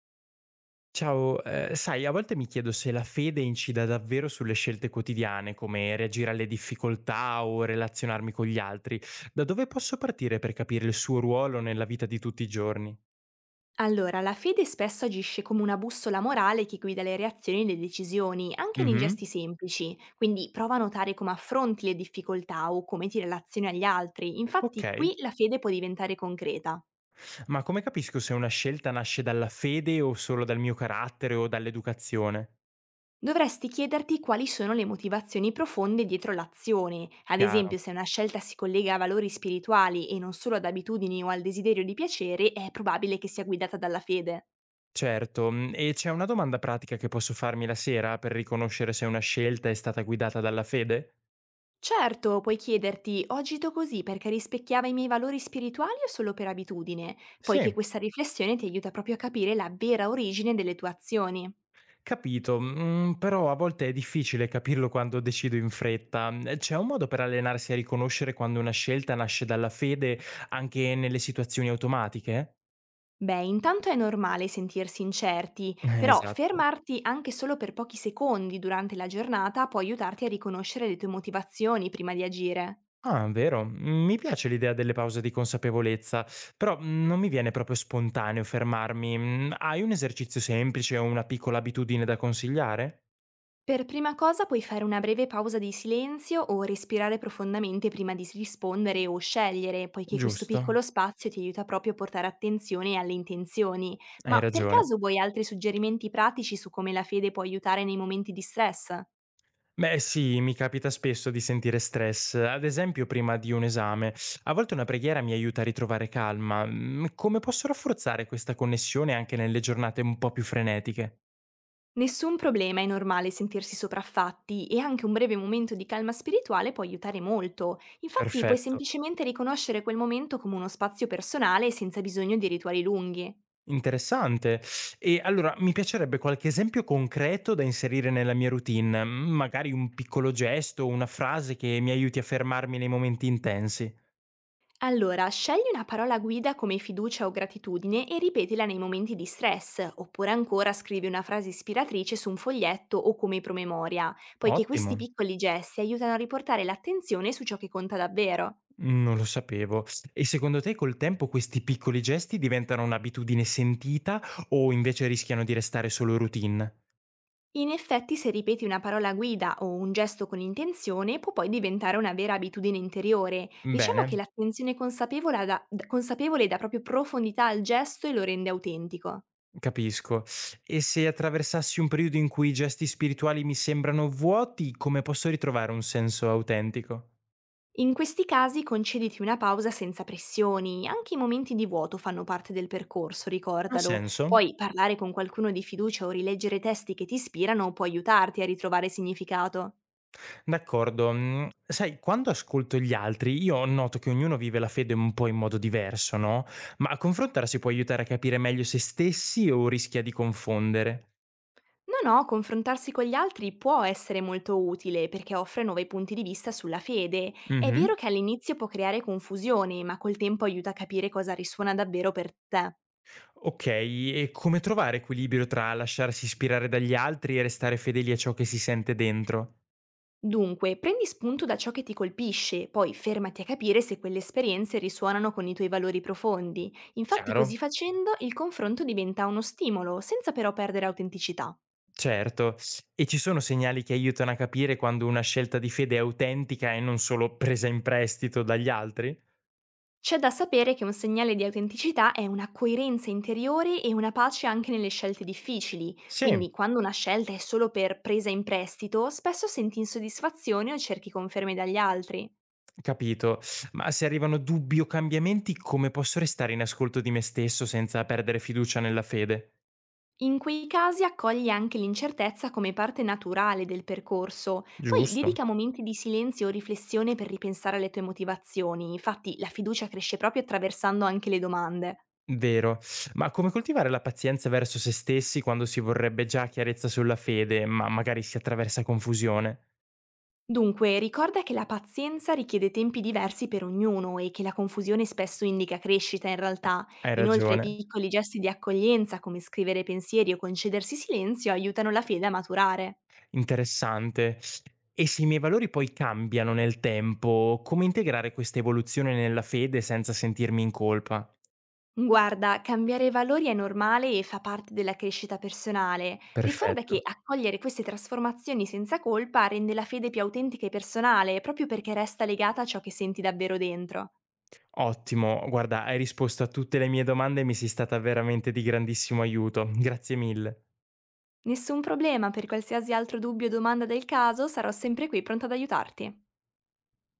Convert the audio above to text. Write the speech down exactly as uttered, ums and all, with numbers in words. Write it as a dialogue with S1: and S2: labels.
S1: Ciao, ehm, sai, a volte mi chiedo se la fede incida davvero sulle scelte quotidiane, come reagire alle difficoltà o relazionarmi con gli altri. Da dove posso partire per capire il suo ruolo nella vita di tutti i giorni?
S2: Allora, la fede spesso agisce come una bussola morale che guida le reazioni e le decisioni, anche nei
S1: Mh-mh.
S2: gesti semplici, quindi prova a notare come affronti le difficoltà o come ti relazioni agli altri, infatti
S1: Okay,
S2: qui la fede può diventare concreta.
S1: ma come capisco se una scelta nasce dalla fede o solo dal mio carattere o dall'educazione?
S2: Dovresti chiederti quali sono le motivazioni profonde dietro l'azione, ad
S1: Chiaro.
S2: esempio se una scelta si collega a valori spirituali e non solo ad abitudini o al desiderio di piacere, è probabile che sia guidata dalla fede.
S1: Certo, mhmm, e c'è una domanda pratica che posso farmi la sera per riconoscere se una scelta è stata guidata dalla fede?
S2: Certo, puoi chiederti, ho agito così perché rispecchiava i miei valori spirituali o solo per abitudine?
S1: Sì.
S2: Poiché questa riflessione ti aiuta proprio a capire la vera origine delle tue azioni.
S1: Capito, mhmm, però a volte è difficile capirlo quando decido in fretta. Mhmm, C'è un modo per allenarsi a riconoscere quando una scelta nasce dalla fede anche nelle situazioni automatiche?
S2: Beh, intanto è normale sentirsi incerti,
S1: Eh,
S2: però
S1: esatto.
S2: fermarti anche solo per pochi secondi durante la giornata può aiutarti a riconoscere le tue motivazioni prima di agire.
S1: Ah, vero. Mi piace l'idea delle pause di consapevolezza, però mm, non mi viene proprio spontaneo fermarmi. Mhmm, Hai un esercizio semplice o una piccola abitudine da consigliare?
S2: Per prima cosa puoi fare una breve pausa di silenzio o respirare profondamente prima di rispondere o scegliere, poiché questo
S1: Giusto,
S2: piccolo spazio ti aiuta proprio a portare attenzione alle intenzioni.
S1: hai
S2: Ma per
S1: ragione.
S2: caso vuoi altri suggerimenti pratici su come la fede può aiutare nei momenti di stress?
S1: Beh, sì, mi capita spesso di sentire stress, ad esempio prima di un esame. A volte una preghiera mi aiuta a ritrovare calma. Mm, Come posso rafforzare questa connessione anche nelle giornate un po' più frenetiche?
S2: Nessun problema, è normale sentirsi sopraffatti e anche un breve momento di calma spirituale può aiutare molto. Infatti puoi
S1: Perfetto,
S2: semplicemente riconoscere quel momento come uno spazio personale senza bisogno di rituali lunghi.
S1: interessante. E allora mi piacerebbe qualche esempio concreto da inserire nella mia routine, mm, magari un piccolo gesto, una frase che mi aiuti a fermarmi nei momenti intensi.
S2: Allora, scegli una parola guida come fiducia o gratitudine e ripetila nei momenti di stress, oppure ancora scrivi una frase ispiratrice su un foglietto o come promemoria, poiché questi
S1: Ottimo.
S2: piccoli gesti aiutano a riportare l'attenzione su ciò che conta davvero.
S1: Mhmm, Non lo sapevo. E secondo te col tempo questi piccoli gesti diventano un'abitudine sentita o invece rischiano di restare solo routine?
S2: In effetti, se ripeti una parola guida o un gesto con intenzione, può poi diventare una vera abitudine interiore. Diciamo che
S1: Bene,
S2: l'attenzione consapevole dà, consapevole dà proprio profondità al gesto e lo rende autentico.
S1: capisco. E se attraversassi un periodo in cui i gesti spirituali mi sembrano vuoti, come posso ritrovare un senso autentico?
S2: In questi casi concediti una pausa senza pressioni, anche i momenti di vuoto fanno parte del percorso,
S1: Ha
S2: ricordalo.
S1: senso?
S2: Poi parlare con qualcuno di fiducia o rileggere testi che ti ispirano può aiutarti a ritrovare significato.
S1: D'accordo. Mhmm, Sai, quando ascolto gli altri io noto che ognuno vive la fede un po' in modo diverso, no, ma a confrontarsi può aiutare a capire meglio se stessi o rischia di confondere?
S2: No, no, confrontarsi con gli altri può essere molto utile perché offre nuovi punti di vista sulla fede. È
S1: Mh-mh.
S2: vero che all'inizio può creare confusione, ma col tempo aiuta a capire cosa risuona davvero per te.
S1: Ok, e come trovare equilibrio tra lasciarsi ispirare dagli altri e restare fedeli a ciò che si sente dentro?
S2: Dunque, prendi spunto da ciò che ti colpisce, poi fermati a capire se quelle esperienze risuonano con i tuoi valori profondi. Infatti,
S1: Chiaro?
S2: così facendo, il confronto diventa uno stimolo, senza però perdere autenticità.
S1: Certo. E ci sono segnali che aiutano a capire quando una scelta di fede è autentica e non solo presa in prestito dagli altri?
S2: C'è da sapere che un segnale di autenticità è una coerenza interiore e una pace anche nelle scelte difficili,
S1: Sì,
S2: quindi quando una scelta è solo per presa in prestito, spesso senti insoddisfazione o cerchi conferme dagli altri.
S1: capito. Ma se arrivano dubbi o cambiamenti, come posso restare in ascolto di me stesso senza perdere fiducia nella fede?
S2: In quei casi accogli anche l'incertezza come parte naturale del percorso, poi
S1: Giusto.
S2: dedica momenti di silenzio o riflessione per ripensare alle tue motivazioni, infatti la fiducia cresce proprio attraversando anche le domande.
S1: Vero. Ma come coltivare la pazienza verso se stessi quando si vorrebbe già chiarezza sulla fede, ma magari si attraversa confusione?
S2: Dunque ricorda che la pazienza richiede tempi diversi per ognuno e che la confusione spesso indica crescita in
S1: Eh,
S2: realtà,
S1: hai
S2: inoltre
S1: ragione.
S2: piccoli gesti di accoglienza come scrivere pensieri o concedersi silenzio aiutano la fede a maturare.
S1: Interessante. E se i miei valori poi cambiano nel tempo, come integrare questa evoluzione nella fede senza sentirmi in colpa?
S2: Guarda, cambiare valori è normale e fa parte della crescita personale. Ricorda che
S1: Perfetto.
S2: accogliere queste trasformazioni senza colpa rende la fede più autentica e personale, proprio perché resta legata a ciò che senti davvero dentro.
S1: Ottimo. Guarda, hai risposto a tutte le mie domande e mi sei stata veramente di grandissimo aiuto. Grazie mille.
S2: Nessun problema, per qualsiasi altro dubbio o domanda del caso sarò sempre qui pronta ad aiutarti.